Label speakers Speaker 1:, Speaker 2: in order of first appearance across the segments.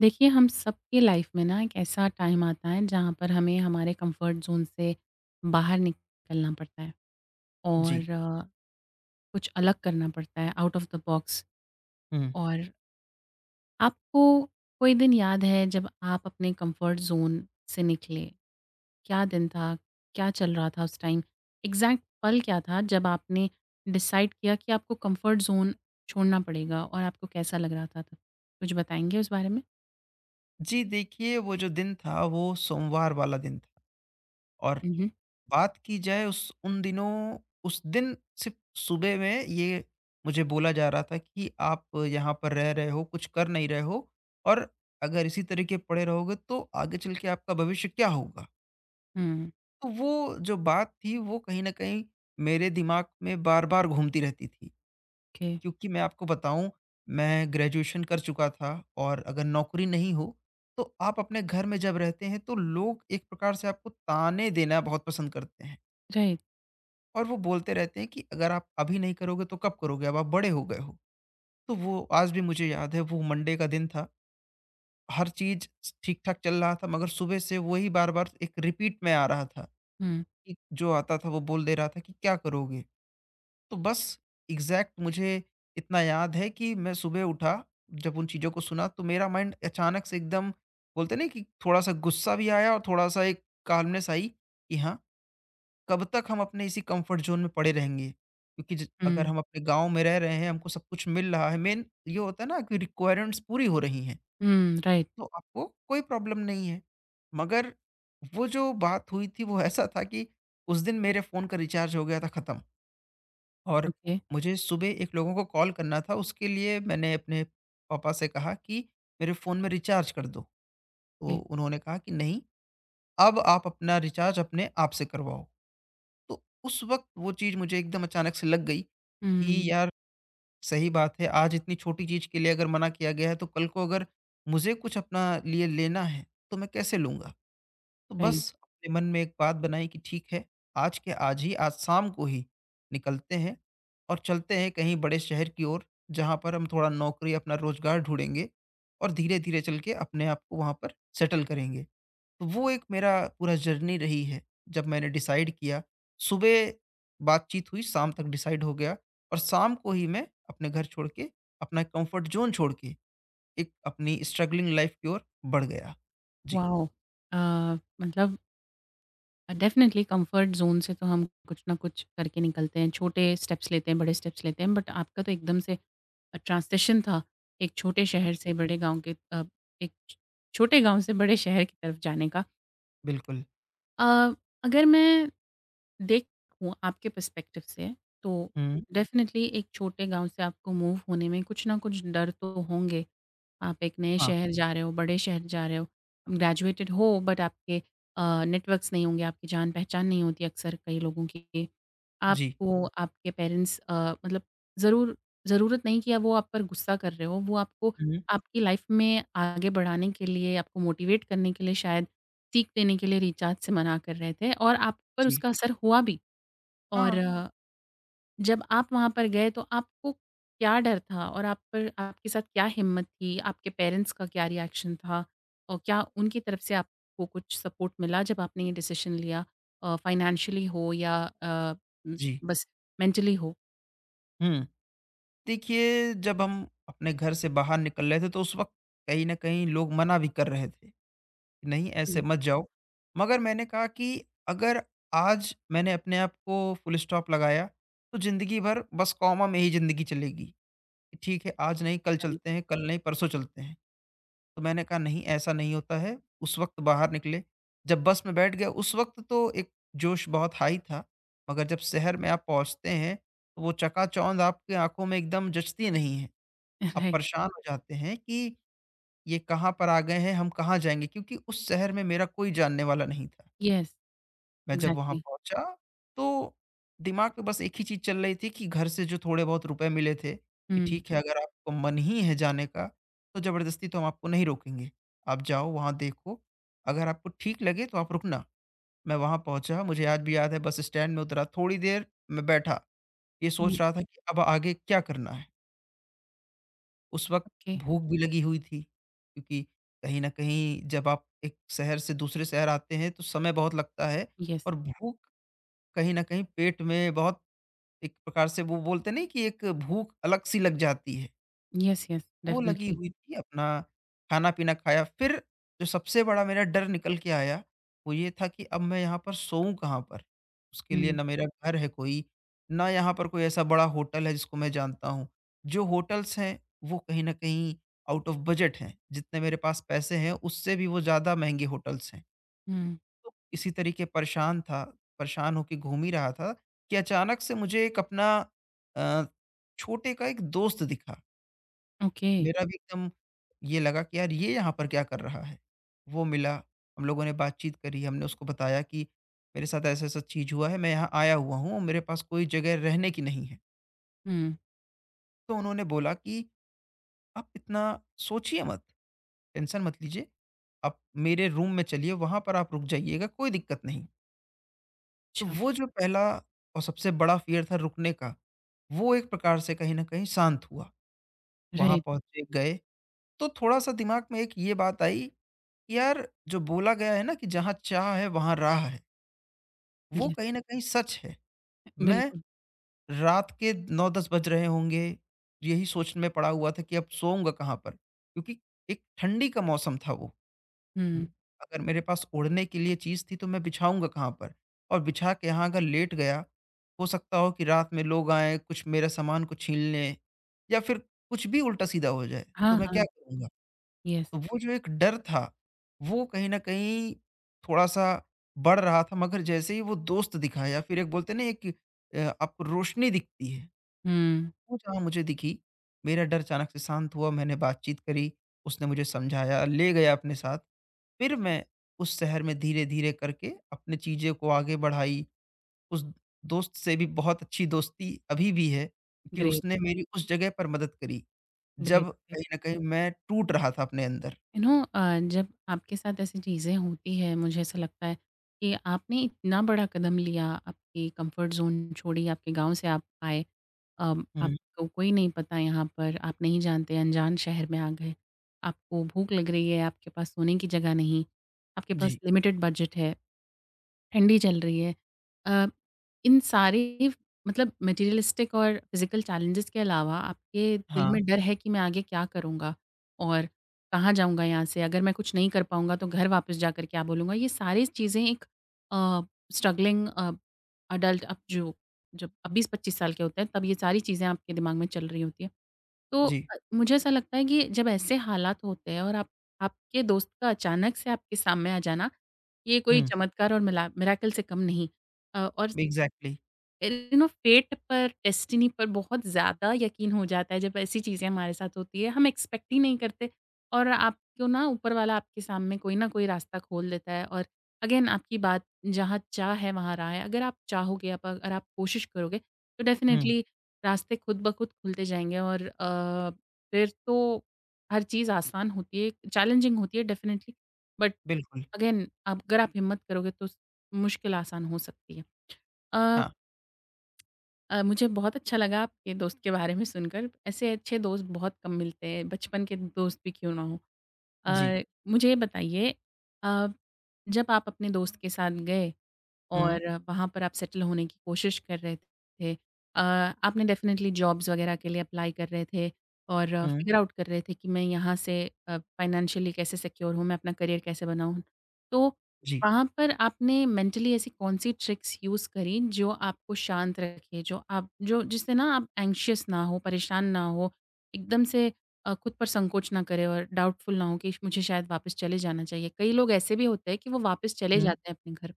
Speaker 1: देखिए, हम सबकी लाइफ़ में ना एक ऐसा टाइम आता है जहाँ पर हमें हमारे कंफर्ट ज़ोन से बाहर निकलना पड़ता है
Speaker 2: जी।
Speaker 1: और कुछ अलग करना पड़ता है आउट ऑफ़ द बॉक्स।
Speaker 2: हुँ।
Speaker 1: और आपको कोई दिन याद है जब आप अपने कंफर्ट ज़ोन से निकले? क्या दिन था? क्या चल रहा था उस टाइम? एग्ज़ैक्ट पल क्या था जब आपने डिसाइड किया कि आपको कंफर्ट ज़ोन छोड़ना पड़ेगा और आपको कैसा लग रहा था तब? कुछ बताएँगे उस बारे में?
Speaker 2: जी, देखिए वो जो दिन था वो सोमवार वाला दिन था और
Speaker 1: हुँ, हुँ।
Speaker 2: बात की जाए उस उन दिनों उस दिन सिर्फ़ सुबह में ये मुझे बोला जा रहा था कि आप यहाँ पर रह रहे हो, कुछ कर नहीं रहे हो और अगर इसी तरीके पड़े रहोगे तो आगे चल के आपका भविष्य क्या होगा?
Speaker 1: हुँ,
Speaker 2: तो वो जो बात थी वो कहीं न कहीं मेरे दिमाग में बार-बार घूमती रहती थी।
Speaker 1: ओके,
Speaker 2: क्योंकि मैं आपको बताऊँ, मैं ग्रेजुएशन कर चुका था और अगर नौकरी नहीं हो, तो आप अपने घर में जब रहते हैं, तो लोग एक प्रकार से आपको ताने देना बहुत पसंद करते हैं
Speaker 1: राइट।
Speaker 2: और वो बोलते रहते हैं कि अगर आप अभी नहीं करोगे, तो कब करोगे? अब आप बड़े हो गए हो। तो वो आज भी मुझे याद है, वो मंडे का दिन था। हर चीज़ ठीक-ठाक चल रहा था, मगर सुबह से वही बार-बार एक रिपीट में आ रहा था
Speaker 1: हुँ।
Speaker 2: कि जो आता था, वो बोल दे रहा था कि, "क्या करोगे? तो बस एग्ज़ैक्ट मुझे इतना याद है कि मैं सुबह उठा, जब उन चीज़ों को सुना तो मेरा माइंड अचानक से एकदम बोलते हैं ना कि थोड़ा-सा गुस्सा भी आया और थोड़ा-सा एक काल्मनेस आई कि हाँ, कब तक हम अपने इसी कम्फ़र्ट ज़ोन में पड़े रहेंगे? क्योंकि ज अगर
Speaker 1: Mm,
Speaker 2: हम अपने गाँव में रह रहे हैं, हमको सब कुछ मिल रहा है, मेन ये होता है ना कि रिक्वायरमेंट्स पूरी हो रही हैं,
Speaker 1: mm, राइट,
Speaker 2: तो आपको कोई प्रॉब्लम नहीं है। मगर वो जो बात हुई थी वो ऐसा था कि उस दिन मेरे फ़ोन का रिचार्ज हो गया था खत्म। और
Speaker 1: ओके,
Speaker 2: मुझे सुबह एक लोगों को कॉल करना था, उसके लिए मैंने अपने पापा से कहा कि मेरे फ़ोन में रिचार्ज कर दो। तो
Speaker 1: ओके,
Speaker 2: उन्होंने कहा कि नहीं, अब आप अपना रिचार्ज अपने आप से करवाओ। तो उस वक़्त वो चीज़ मुझे एकदम अचानक से लग गई कि
Speaker 1: हुँ,
Speaker 2: यार सही बात है, आज इतनी छोटी चीज़ के लिए अगर मना किया गया है, तो कल को अगर मुझे कुछ अपना लिए लेना है, तो मैं कैसे लूँगा? तो
Speaker 1: राइट,
Speaker 2: बस अपने मन में एक बात बनाई कि ठीक है, आज के आज ही, आज शाम को ही निकलते हैं और चलते हैं कहीं बड़े शहर की ओर, जहाँ पर हम थोड़ा नौकरी, अपना रोज़गार ढूँढेंगे और धीरे-धीरे चल के अपने आप को वहाँ पर सेटल करेंगे। तो वो एक मेरा पूरा जर्नी रही है, जब मैंने डिसाइड किया। सुबह बातचीत हुई, शाम तक डिसाइड हो गया और शाम को ही मैं अपने घर छोड़ के, अपना कम्फ़र्ट ज़ोन छोड़ के, एक अपनी स्ट्रगलिंग लाइफ़ की ओर बढ़ गया। जी,
Speaker 1: वॉव! अ, मतलब डेफ़िनिटली कम्फ़र्ट ज़ोन से तो हम कुछ ना कुछ करके निकलते हैं, छोटे स्टेप्स लेते हैं, बड़े स्टेप्स लेते हैं, बट आपका तो एकदम से ट्रांज़िशन था, एक छोटे शहर से बड़े गाँव के एक छ छोटे गाँव से बड़े शहर की तरफ जाने का।
Speaker 2: बिल्कुल।
Speaker 1: अ, अगर मैं देखूँ आपके पर्सपेक्टिव से, तो
Speaker 2: हुँ,
Speaker 1: डेफ़िनिटली एक छोटे गाँव से आपको मूव होने में कुछ ना कुछ डर तो होंगे। आप एक नए
Speaker 2: हाँ।
Speaker 1: शहर जा रहे हो, बड़े शहर जा रहे हो, ग्रेजुएटेड हो बट आपके नेटवर्क्स नहीं होंगे, आपकी जान-पहचान नहीं होती अक्सर कई लोगों की।
Speaker 2: जी।
Speaker 1: आपको आपके पेरेंट्स मतलब ज़रूर ज़रूरत नहीं कि अब वो आप पर गुस्सा कर रहे हो, वो आपको
Speaker 2: हुँ।
Speaker 1: आपकी लाइफ में आगे बढ़ाने के लिए, आपको मोटिवेट करने के लिए शायद सीख देने के लिए रिचार्ज से मना कर रहे थे और आप पर
Speaker 2: जी।
Speaker 1: उसका असर हुआ भी। और
Speaker 2: हाँ,
Speaker 1: जब आप वहाँ पर गए तो आपको क्या डर था और आप पर आपके साथ क्या हिम्मत थी? आपके पेरेंट्स का क्या रिएक्शन था? और क्या उनकी तरफ से आपको कुछ सपोर्ट मिला जब आपने ये डिसीज़न लिया फाइनेंशियली हो या उम,
Speaker 2: जी।
Speaker 1: बस मेंटली हो?
Speaker 2: हुँ। देखिए, जब हम अपने घर से बाहर निकल रहे थे तो उस वक़्त कहीं न कहीं लोग मना भी कर रहे थे, कि नहीं ऐसे
Speaker 1: हुँ,
Speaker 2: मत जाओ। मगर मैंने कहा कि अगर आज मैंने अपने आप को फुल स्टॉप लगाया तो ज़िंदगी भर बस कॉमा में ही ज़िंदगी चलेगी। कि ठीक है, आज नहीं कल
Speaker 1: राइट,
Speaker 2: चलते हैं, कल नहीं परसों चलते हैं। तो मैंने कहा नहीं ऐसा नहीं होता है, उस वक़्त बाहर निकले। जब बस में बैठ गए उस वक़्त तो एक जोश बहुत हाई था, मगर जब शहर में आप पहुँचते हैं, तो वो चकाचौंध आपकी आँखों में एकदम जचती नहीं है। आप
Speaker 1: राइट,
Speaker 2: परेशान हो जाते हैं कि ये कहाँ पर आ गए हैं, हम कहाँ जाएँगे? क्योंकि उस शहर में मेरा कोई जानने वाला नहीं था।
Speaker 1: येस,
Speaker 2: मैं जब वहाँ
Speaker 1: एग्ज़ैक्टली।
Speaker 2: पहुँचा तो दिमाग में बस एक ही चीज़ चल रही थी कि घर से जो थोड़े बहुत रुपए मिले थे कि
Speaker 1: हुँ,
Speaker 2: ठीक है अगर आपको मन ही है जाने का तो ज़बरदस्ती तो हम आपको नहीं रोकेंगे। आप जाओ वहाँ देखो, अगर आपको ठीक लगे तो आप रुकना। मैं वहाँ पहुँचा मुझे आज भी याद है बस स्टैंड में उतरा थोड़ी देर मैं बैठा, ये
Speaker 1: हुँ,
Speaker 2: सोच रहा था कि अब आगे क्या करना है? उस वक़्त
Speaker 1: ओके,
Speaker 2: भूख भी लगी हुई थी क्योंकि कहीं न कहीं जब आप एक शहर से दूसरे शहर आते हैं तो समय बहुत लगता है
Speaker 1: येस,
Speaker 2: और भूख कहीं न कहीं पेट में बहुत एक प्रकार से वो बोलते नहीं कि एक भूख अलग सी लग जाती है,
Speaker 1: येस, येस,
Speaker 2: वो बिल्कुल। लगी
Speaker 1: डेफ़िनिटली।
Speaker 2: हुई थी अपना खाना-पीना खाया। फिर जो सबसे बड़ा मेरा डर निकल के आया, वो ये था कि अब मैं यहाँ पर सोऊँ कहाँ पर? उसके लिए
Speaker 1: हुँ,
Speaker 2: ना मेरा घर है कोई, ना यहाँ पर कोई ऐसा बड़ा होटल है जिसको मैं जानता हूँ। जो होटल्स हैं, वो कहीं न कहीं आउट ऑफ बजट हैं, जितने मेरे पास पैसे हैं उससे भी वो ज़्यादा महँगे होटल्स हैं।
Speaker 1: हुँ,
Speaker 2: तो इसी तरीके परेशान था, परेशान होके घूम ही रहा था कि अचानक से मुझे एक अपना अ, छोटे का एक दोस्त दिखा।
Speaker 1: ओके,
Speaker 2: मेरा भी एकदम ये लगा कि यार ये यहाँ पर क्या कर रहा है? वो मिला, हम लोगों ने बातचीत करी, हमने उसको बताया कि मेरे साथ ऐसा-ऐसा चीज़ हुआ है, मैं यहाँ आया हुआ हूँ, और मेरे पास कोई जगह रहने की नहीं है।
Speaker 1: हुँ,
Speaker 2: तो उन्होंने बोला कि आप इतना सोचिए मत, टेंशन मत लीजिए, आप मेरे रूम में चलिए, वहाँ पर आप रुक जाइएगा, कोई दिक्कत नहीं। तो
Speaker 1: अच्छा,
Speaker 2: वो जो पहला और सबसे बड़ा फ़ियर था रुकने का, वो एक प्रकार से कहीं न कहीं शांत हुआ। वहाँ
Speaker 1: राइट,
Speaker 2: पहुँचे, गए, तो थोड़ा-सा दिमाग में एक ये बात आई कि यार जो बोला गया है ना कि जहाँ चाह है वहाँ राह है, वो
Speaker 1: येस,
Speaker 2: कहीं न कहीं सच है। मैं
Speaker 1: बिल्कुल,
Speaker 2: रात के 9-10 बज रहे होंगे, यही सोच में पड़ा हुआ था कि अब सोऊँगा कहाँ पर? क्योंकि एक ठंडी का मौसम था वो। हुँ।
Speaker 1: हुँ,
Speaker 2: अगर मेरे पास ओढ़ने के लिए चीज़ थी तो मैं बिछाऊँगा कहाँ पर? और बिछा के यहाँ अगर लेट गया, हो सकता हो कि रात में लोग आएँ, कुछ मेरा सामान को छीन लें या फिर कुछ भी उल्टा-सीधा हो जाए,
Speaker 1: हाँ,
Speaker 2: तो मैं क्या
Speaker 1: हाँ,
Speaker 2: करूँगा?
Speaker 1: येस,
Speaker 2: तो वो जो एक डर था, वो कहीं न कहीं थोड़ा-सा बढ़ रहा था मगर जैसे ही वो दोस्त दिखा या फिर एक बोलते हैं ना एक आपको रोशनी दिखती है।
Speaker 1: हुँ,
Speaker 2: वो जहाँ मुझे दिखी, मेरा डर अचानक से शांत हुआ, मैंने बातचीत करी, उसने मुझे समझाया, ले गया अपने साथ। फिर मैं उस शहर में धीरे-धीरे करके अपनी चीज़ों को आगे बढ़ाई। उस दोस्त से भी बहुत अच्छी दोस्ती अभी भी है कि
Speaker 1: ग्रेट।
Speaker 2: उसने मेरी उस जगह पर मदद करी,
Speaker 1: ग्रेट,
Speaker 2: जब
Speaker 1: ग्रेट।
Speaker 2: कहीं न कहीं मैं टूट रहा था अपने अंदर।
Speaker 1: यू नो जब आपके साथ ऐसी चीज़ें होती हैं मुझे ऐसा लगता है कि आपने इतना बड़ा कदम लिया, आपकी कंफर्ट ज़ोन छोड़ी, आपके गाँव से आप आए। अ,
Speaker 2: हुँ,
Speaker 1: आपको कोई नहीं पता यहाँ पर, आप नहीं जानते, अनजान शहर में आ गए, आपको भूख लग रही है, आपके पास सोने की जगह नहीं, आपके पास
Speaker 2: जी,
Speaker 1: लिमिटेड बजट है। ठंडी चल रही है। अ, इन सारे मतलब मटेरियलिस्टिक और फिज़िकल चैलेंजेस के अलावा आपके दिल
Speaker 2: हाँ,
Speaker 1: में डर है कि मैं आगे क्या करूँगा? और कहाँ जाऊँगा यहाँ से? अगर मैं कुछ नहीं कर पाऊँगा तो घर वापस जाकर क्या बोलूँगा? ये सारी चीज़ें एक अ, स्ट्रगलिंग अडल्ट अब जो जब अब 20-25 साल के होते हैं तब ये सारी चीज़ें आपके दिमाग में चल रही होती हैं। तो
Speaker 2: जी,
Speaker 1: मुझे ऐसा लगता है कि जब ऐसे हालात होते हैं और आप आपके दोस्त का अचानक से आपके सामने आ जाना, ये कोई
Speaker 2: हुँ,
Speaker 1: चमत्कार और मिला मिरेकल से कम नहीं। और
Speaker 2: एग्ज़ैक्टली,
Speaker 1: यू नो फेट पर, डेस्टिनी पर बहुत ज़्यादा यकीन हो जाता है जब ऐसी चीज़ें हमारे साथ होती है। हम एक्सपेक्ट ही नहीं करते और आपको ना ऊपर वाला आपके सामने कोई ना कोई रास्ता खोल देता है और अगेन आपकी बात जहाँ चाह है वहाँ राह है। अगर आप चाहोगे, आप अगर आप कोशिश करोगे तो
Speaker 2: हुँ,
Speaker 1: डेफ़िनेटली रास्ते खुद ब खुद खुलते जाएँगे और फिर तो हर चीज़ आसान होती है, चैलेंजिंग होती है डेफ़िनेटली बट
Speaker 2: बिल्कुल,
Speaker 1: अगेन आप अगर आप हिम्मत करोगे तो मुश्किल आसान हो सकती है। अ
Speaker 2: हाँ,
Speaker 1: मुझे बहुत अच्छा लगा आपके दोस्त के बारे में सुनकर। ऐसे अच्छे दोस्त बहुत कम मिलते हैं, बचपन के दोस्त भी क्यों ना हों।
Speaker 2: जी,
Speaker 1: अ, मुझे ये बताइए अ, जब आप अपने दोस्त के साथ गए
Speaker 2: हुँ,
Speaker 1: और वहाँ पर आप सेटल होने की कोशिश कर रहे थे। अ, आपने डेफ़िनेटली जॉब्स वग़ैरह के लिए अप्लाई कर रहे थे और
Speaker 2: हुँ,
Speaker 1: फ़िगर आउट कर रहे थे कि मैं यहाँ से फ़ाइनेंशियली कैसे सिक्योर हूँ, मैं अपना करियर कैसे बनाऊँ। तो
Speaker 2: जी,
Speaker 1: वहाँ पर आपने मेंटली ऐसी कौन-सी ट्रिक्स यूज़ करी जो आपको शांत रखे, जो आप जो जिससे ना आप एंग्शियस ना हो, परेशान ना हो, एकदम से खुद पर संकोच ना करें और डाउटफुल ना हो कि मुझे शायद वापस चले जाना चाहिए। कई लोग ऐसे भी होते हैं कि वो वापस चले
Speaker 2: हुँ,
Speaker 1: जाते हैं अपने घर।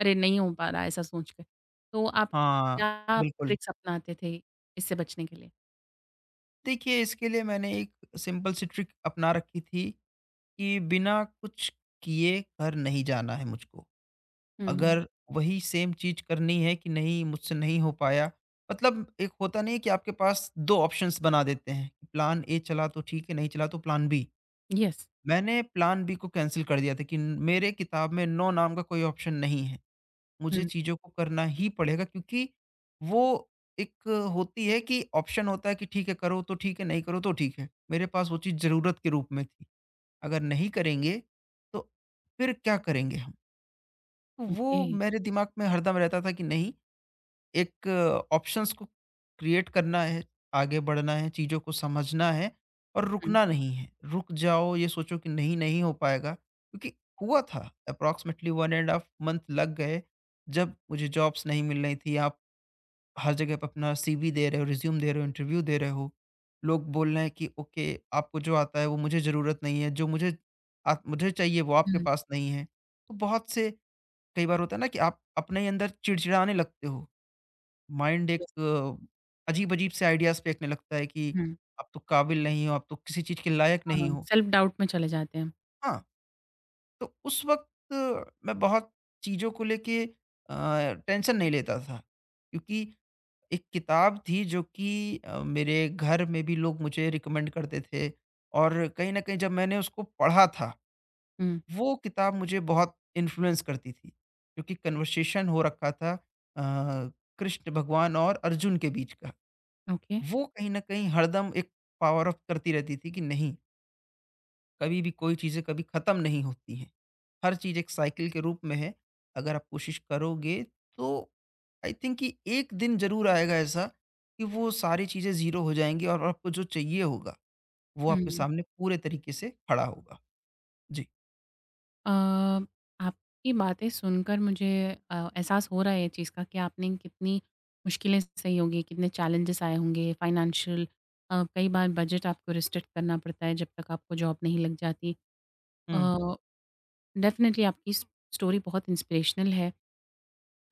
Speaker 1: अरे! नहीं हो पा रहा ऐसा सोच के। तो आप
Speaker 2: हाँ,
Speaker 1: क्या
Speaker 2: बिल्कुल।
Speaker 1: ट्रिक्स अपनाते थे इससे बचने के लिए?
Speaker 2: देखिए, इसके लिए मैंने एक सिंपल सी ट्रिक अपना रखी थी कि बिना कुछ किए घर नहीं जाना है मुझको।
Speaker 1: हुँ,
Speaker 2: अगर वही सेम चीज़ करनी है कि नहीं मुझसे नहीं हो पाया, मतलब एक होता नहीं है कि आपके पास 2 ऑप्शंस बना देते हैं, कि प्लान ए चला तो ठीक है, नहीं चला तो प्लान बी।
Speaker 1: येस।
Speaker 2: मैंने प्लान बी को कैंसल कर दिया था कि मेरे किताब में नो नाम का कोई ऑप्शन नहीं है। मुझे
Speaker 1: हुँ,
Speaker 2: चीज़ों को करना ही पड़ेगा क्योंकि वो एक होती है कि ऑप्शन होता है कि ठीक है करो तो ठीक है, नहीं करो तो ठीक है। मेरे पास वो चीज़ ज़रूरत के रूप में थी। अगर नहीं करेंगे, तो फिर क्या करेंगे हम? तो
Speaker 1: ओके।
Speaker 2: वो मेरे दिमाग में हरदम रहता था कि नहीं एक ऑप्शंस को क्रिएट करना है, आगे बढ़ना है, चीज़ों को समझना है और
Speaker 1: हुँ,
Speaker 2: रुकना नहीं है। रुक जाओ, ये सोचो कि नहीं, नहीं हो पाएगा क्योंकि हुआ था अप्रॉक्सिमेटली 1 एंड हाफ मंथ लग गए, जब मुझे जॉब्स नहीं मिल रही थी। आप हर जगह पे अपना सीवी दे रहे हो, रिज़्यूम दे रहे हो, इंटरव्यू दे रहे हो। लोग बोल रहे हैं कि ओके, आपको जो आता है वो मुझे ज़रूरत नहीं है, जो मुझे आप मुझे चाहिए वो आपके
Speaker 1: हुँ,
Speaker 2: पास नहीं है। तो बहुत से कई बार होता है ना कि आप अपने ही अंदर चिड़चिड़ाने लगते हो माइंड एक
Speaker 1: येस,
Speaker 2: अजीब-अजीब से आइडियाज़ फेंकने लगता है कि
Speaker 1: हुँ,
Speaker 2: आप तो काबिल नहीं हो, आप तो किसी चीज़ के लायक नहीं
Speaker 1: हाँ,
Speaker 2: हो।
Speaker 1: सेल्फ डाउट में चले जाते हैं हम।
Speaker 2: हाँ, तो उस वक़्त मैं बहुत चीज़ों को लेके अ, टेंशन नहीं लेता था क्योंकि एक किताब थी जो कि मेरे घर में भी लोग मुझे रिकमेंड करते थे और कहीं न कहीं जब मैंने उसको पढ़ा था,
Speaker 1: हुँ,
Speaker 2: वो किताब मुझे बहुत इन्फ्लुएंस करती थी क्योंकि कन्वर्सेशन हो रखा था अ, कृष्ण भगवान और अर्जुन के बीच का।
Speaker 1: ओके।
Speaker 2: वो कहीं न कहीं हरदम एक पावर अप करती रहती थी कि नहीं, कभी भी कोई चीज़ें कभी ख़त्म नहीं होती हैं। हर चीज़ एक साइकिल के रूप में है। अगर आप कोशिश करोगे तो आई थिंक कि एक दिन ज़रूर आएगा ऐसा कि वो सारी चीज़ें ज़ीरो हो जाएँगी और आपको जो चाहिए होगा, वो आपके
Speaker 1: हुँ।
Speaker 2: सामने पूरे तरीके से खड़ा होगा। जी।
Speaker 1: अ, आपकी बातें सुनकर मुझे एहसास हो रहा है ये चीज़ का कि आपने कितनी मुश्किलें सही होंगी, कितने चैलेंजेस आए होंगे फाइनेंशियल। कई बार बजट आपको रिस्ट्रिक्ट करना पड़ता है जब तक आपको जॉब नहीं लग जाती। अ
Speaker 2: हुँ।
Speaker 1: डेफ़िनिटली आपकी स स्टोरी बहुत इंस्पिरेशनल है एंड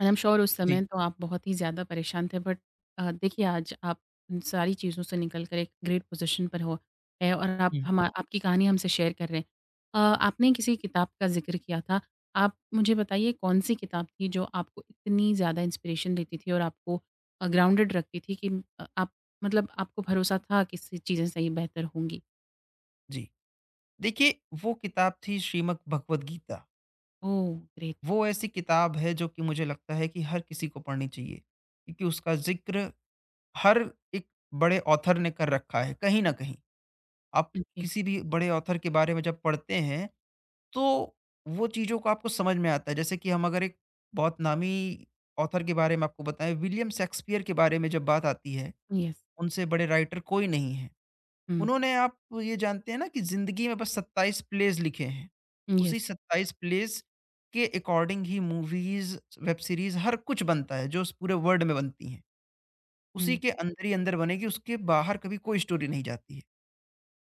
Speaker 1: आई एम श्योर उस
Speaker 2: जी।
Speaker 1: समय तो आप बहुत ही ज़्यादा परेशान थे बट देखिए आज आप इन सारी चीज़ों से निकल कर एक ग्रेट पोज़ीशन पर हो है और आप
Speaker 2: हुँ,
Speaker 1: हम आपकी कहानी हमसे शेयर कर रहे हैं। आपने किसी किताब का ज़िक्र किया था, आप मुझे बताइए कौन-सी किताब थी जो आपको इतनी ज़्यादा इंस्पिरेशन देती थी और आपको ग्राउंडेड रखती थी कि आप मतलब आपको भरोसा था कि स चीज़ें सही बेहतर होंगी?
Speaker 2: जी। देखिए, वो किताब थी श्रीमद् भगवद गीता।
Speaker 1: Oh great!
Speaker 2: वो ऐसी किताब है जो कि मुझे लगता है कि हर किसी को पढ़नी चाहिए क्योंकि उसका ज़िक्र हर एक बड़े ऑथर ने कर रखा है कहीं न कहीं। आप
Speaker 1: ओके येस।
Speaker 2: किसी भी बड़े ऑथर के बारे में जब पढ़ते हैं, तो वो चीज़ों को आपको समझ में आता है। जैसे कि हम अगर एक बहुत नामी ऑथर के बारे में आपको बताएँ, विलियम शेक्सपियर के बारे में जब बात आती है,
Speaker 1: हुँ,
Speaker 2: उनसे बड़े राइटर कोई नहीं है। उन्होंने आप ये जानते हैं ना कि ज़िंदगी में बस 27 प्लेज़ लिखे हैं। उसी
Speaker 1: येस।
Speaker 2: 27 प्लेज़ के अकॉर्डिंग ही मूवीज़, वेब सीरीज़ हर कुछ बनता है, जो उस पूरे वर्ल्ड में बनती हैं। उसी
Speaker 1: हुँ,
Speaker 2: के अंदर ही अंदर बनेगी, उसके बाहर कभी कोई स्टोरी नहीं जाती है।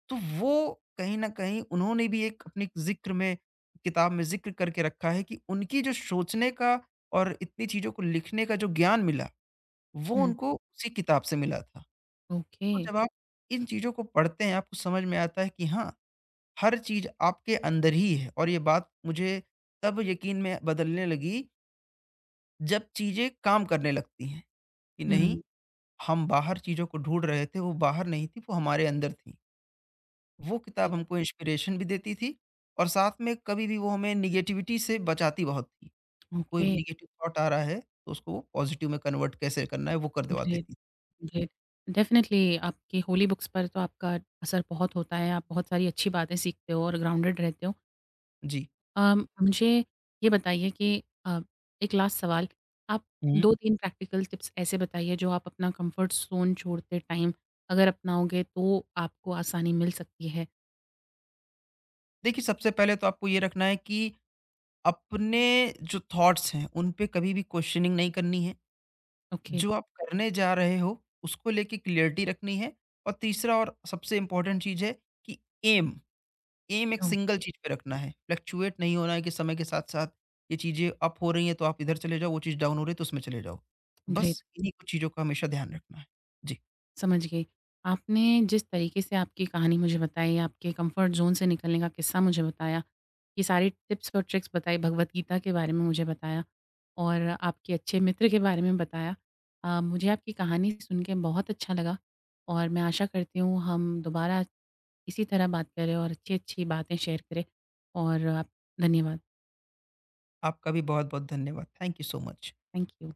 Speaker 2: तो वो कहीं न कहीं उन्होंने भी एक अपने ज़िक्र में किताब में ज़िक्र करके रखा है कि उनकी जो सोचने का और इतनी चीज़ों को लिखने का जो ज्ञान मिला, वो
Speaker 1: हुँ।
Speaker 2: उनको उसी किताब से मिला था।
Speaker 1: ओके।
Speaker 2: तो जब आप इन चीज़ों को पढ़ते हैं, आपको समझ में आता है कि हाँ, हर चीज़ आपके अंदर ही है और ये बात मुझे तब यकीन में बदलने लगी, जब चीज़ें काम करने लगती हैं, कि नहीं
Speaker 1: हुँ।
Speaker 2: हम बाहर चीज़ों को ढूँढ रहे थे, वो बाहर नहीं थी, वो हमारे अंदर थी। वो
Speaker 1: हुँ।
Speaker 2: किताब हमको इंस्पिरेशन भी देती थी और साथ में कभी भी वो हमें नेगेटिविटी से बचाती बहुत थी, कि कोई
Speaker 1: ओके,
Speaker 2: भी नेगेटिव थॉट आ रहा है, तो उसको वो पॉज़िटिव में कन्वर्ट कैसे करना है, वो कर दिलवा
Speaker 1: ग्रेट,
Speaker 2: देती थी।
Speaker 1: ग्रेट। डेफ़िनिटली आपकी होली बुक्स पर तो आपका असर बहुत होता है, आप बहुत सारी अच्छी बातें सीखते हो और ग्राउंडेड रहते हो।
Speaker 2: जी।
Speaker 1: मुझे ये बताइए कि एक लास्ट सवाल, आप
Speaker 2: हुँ।
Speaker 1: 2-3 प्रैक्टिकल टिप्स ऐसे बताइए जो आप अपना कम्फ़र्ट ज़ोन छोड़ते टाइम अगर अपनाओगे तो आपको आसानी मिल सकती है?
Speaker 2: देखिए, सबसे पहले तो आपको ये रखना है कि अपने जो थॉट्स हैं, उन पे कभी भी क्वेश्चनिंग नहीं करनी है।
Speaker 1: ओके,
Speaker 2: जो आप करने जा रहे हो, उसको लेके क्लियरिटी रखनी है और तीसरा और सबसे इम्पोर्टेंट चीज़ है कि ऐम एम एक
Speaker 1: ओह!
Speaker 2: सिंगल चीज़ पे रखना है, फ्लक्चुएट नहीं होना है कि समय के साथ-साथ ये चीज़ें अप हो रही हैं, तो आप इधर चले जाओ, वो चीज़ डाउन हो रही है, तो उसमें चले जाओ।
Speaker 1: ग्रेट।
Speaker 2: बस इन्हीं कुछ चीज़ों का हमेशा ध्यान रखना है। जी,
Speaker 1: समझ गई। आपने जिस तरीके से आपकी कहानी मुझे बताई, आपके कंफर्ट ज़ोन से निकलने का किस्सा मुझे बताया, ये सारी टिप्स और ट्रिक्स बताई, भगवद गीता के बारे में मुझे बताया और आपके अच्छे मित्र के बारे में बताया। मुझे आपकी कहानी सुन के बहुत अच्छा लगा और मैं आशा करती हूँ हम दोबारा इसी तरह बात करें और अच्छी-अच्छी बातें शेयर करें और आप धन्यवाद।
Speaker 2: आपका भी बहुत-बहुत धन्यवाद। Thank you so much.
Speaker 1: Thank you.